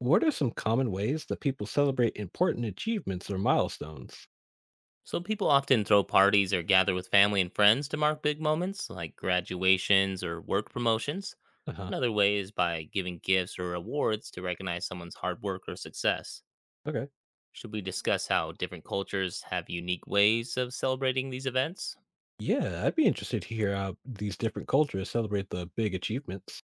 What are some common ways that people celebrate important achievements or milestones? So people often throw parties or gather with family and friends to mark big moments like graduations or work promotions. Uh huh. Another way is by giving gifts or awards to recognize someone's hard work or success. Okay. Should we discuss how different cultures have unique ways of celebrating these events? Yeah, I'd be interested to hear how these different cultures celebrate the big achievements.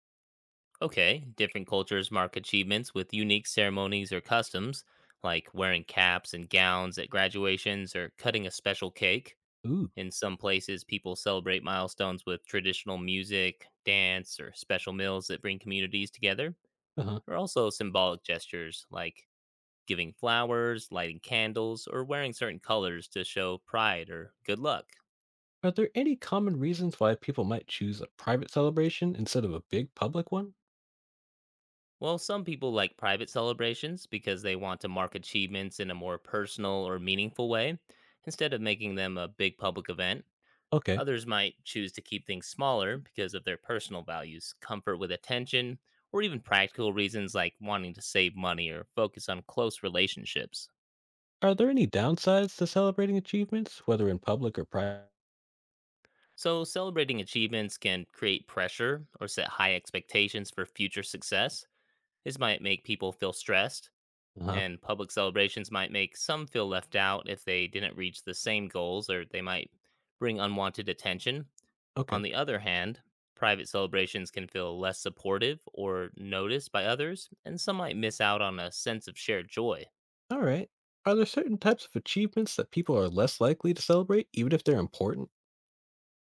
Okay, different cultures mark achievements with unique ceremonies or customs, like wearing caps and gowns at graduations or cutting a special cake. Ooh. In some places, people celebrate milestones with traditional music, dance, or special meals that bring communities together. Uh huh. There are also symbolic gestures like giving flowers, lighting candles, or wearing certain colors to show pride or good luck. Are there any common reasons why people might choose a private celebration instead of a big public one? While some people like private celebrations because they want to mark achievements in a more personal or meaningful way instead of making them a big public event. Okay. Others might choose to keep things smaller because of their personal values, comfort with attention, or even practical reasons like wanting to save money or focus on close relationships. Are there any downsides to celebrating achievements, whether in public or private? So, celebrating achievements can create pressure or set high expectations for future success. This might make people feel stressed, Uh huh. and public celebrations might make some feel left out if they didn't reach the same goals, or they might bring unwanted attention. Okay. On the other hand, private celebrations can feel less supportive or noticed by others, and some might miss out on a sense of shared joy. All right. Are there certain types of achievements that people are less likely to celebrate, even if they're important?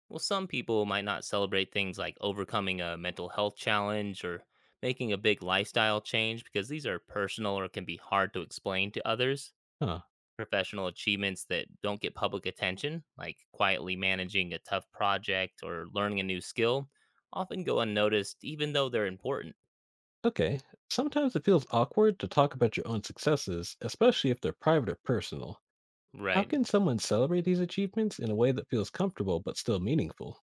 Well, some people might not celebrate things like overcoming a mental health challenge or making a big lifestyle change because these are personal or can be hard to explain to others. Huh. Professional achievements that don't get public attention, like quietly managing a tough project or learning a new skill, often go unnoticed even though they're important. Okay, sometimes it feels awkward to talk about your own successes, especially if they're private or personal. How Right. can someone celebrate these achievements in a way that feels comfortable but still meaningful?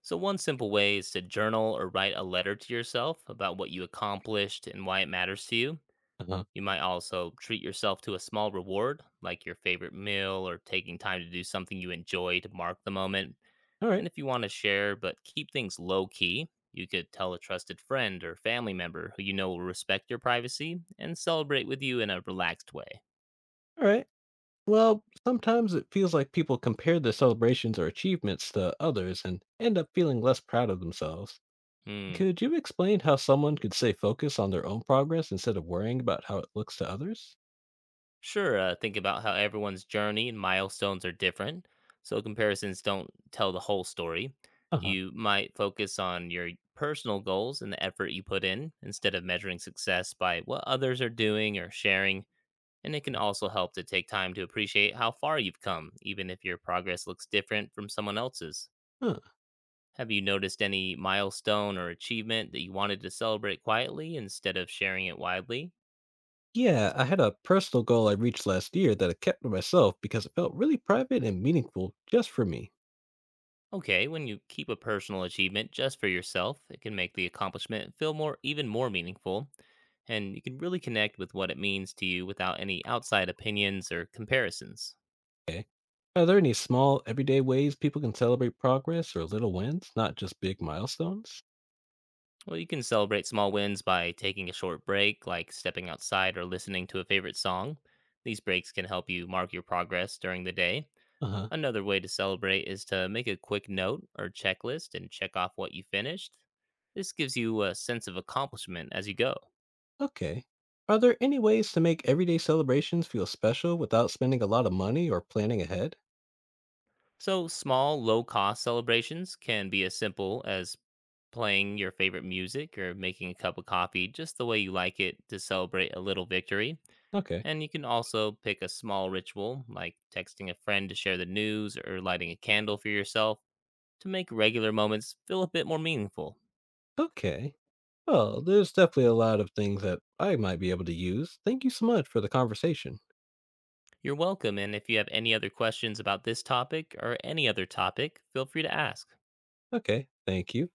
So, one simple way is to journal or write a letter to yourself about what you accomplished and why it matters to you. Uh-huh. You might also treat yourself to a small reward, like your favorite meal, or taking time to do something you enjoy to mark the moment. All right, And if you want to share but keep things low key, you could tell a trusted friend or family member who you know will respect your privacy and celebrate with you in a relaxed way. all right. Well, sometimes it feels like people compare their celebrations or achievements to others and end up feeling less proud of themselves. Hmm. Could you explain how someone could stay focused on their own progress instead of worrying about how it looks to others? Sure. Think about how everyone's journey and milestones are different, so comparisons don't tell the whole story. Uh You might focus on your personal goals and the effort you put in instead of measuring success by what others are doing or sharing. And it can also help to take time to appreciate how far you've come, even if your progress looks different from someone else's. huh. Have you noticed any milestone or achievement that you wanted to celebrate quietly instead of sharing it widely? Yeah, I had a personal goal I reached last year that I kept to myself because it felt really private and meaningful just for me. Okay, when you keep a personal achievement just for yourself, it can make the accomplishment feel more, even more meaningful, and you can really connect with what it means to you without any outside opinions or comparisons. Okay. Are there any small, everyday ways people can celebrate progress or little wins, not just big milestones? Well, you can celebrate small wins by taking a short break, like stepping outside or listening to a favorite song. These breaks can help you mark your progress during the day. Uh huh. Another way to celebrate is to make a quick note or checklist and check off what you finished. This gives you a sense of accomplishment as you go. Okay. Are there any ways to make everyday celebrations feel special without spending a lot of money or planning ahead? So, small, low cost celebrations can be as simple as playing your favorite music or making a cup of coffee just the way you like it to celebrate a little victory. Okay. And you can also pick a small ritual, like texting a friend to share the news or lighting a candle for yourself, to make regular moments feel a bit more meaningful. Okay. Well, there's definitely a lot of things that I might be able to use. Thank you so much for the conversation. You're welcome, and if you have any other questions about this topic or any other topic, feel free to ask. Okay. Thank you.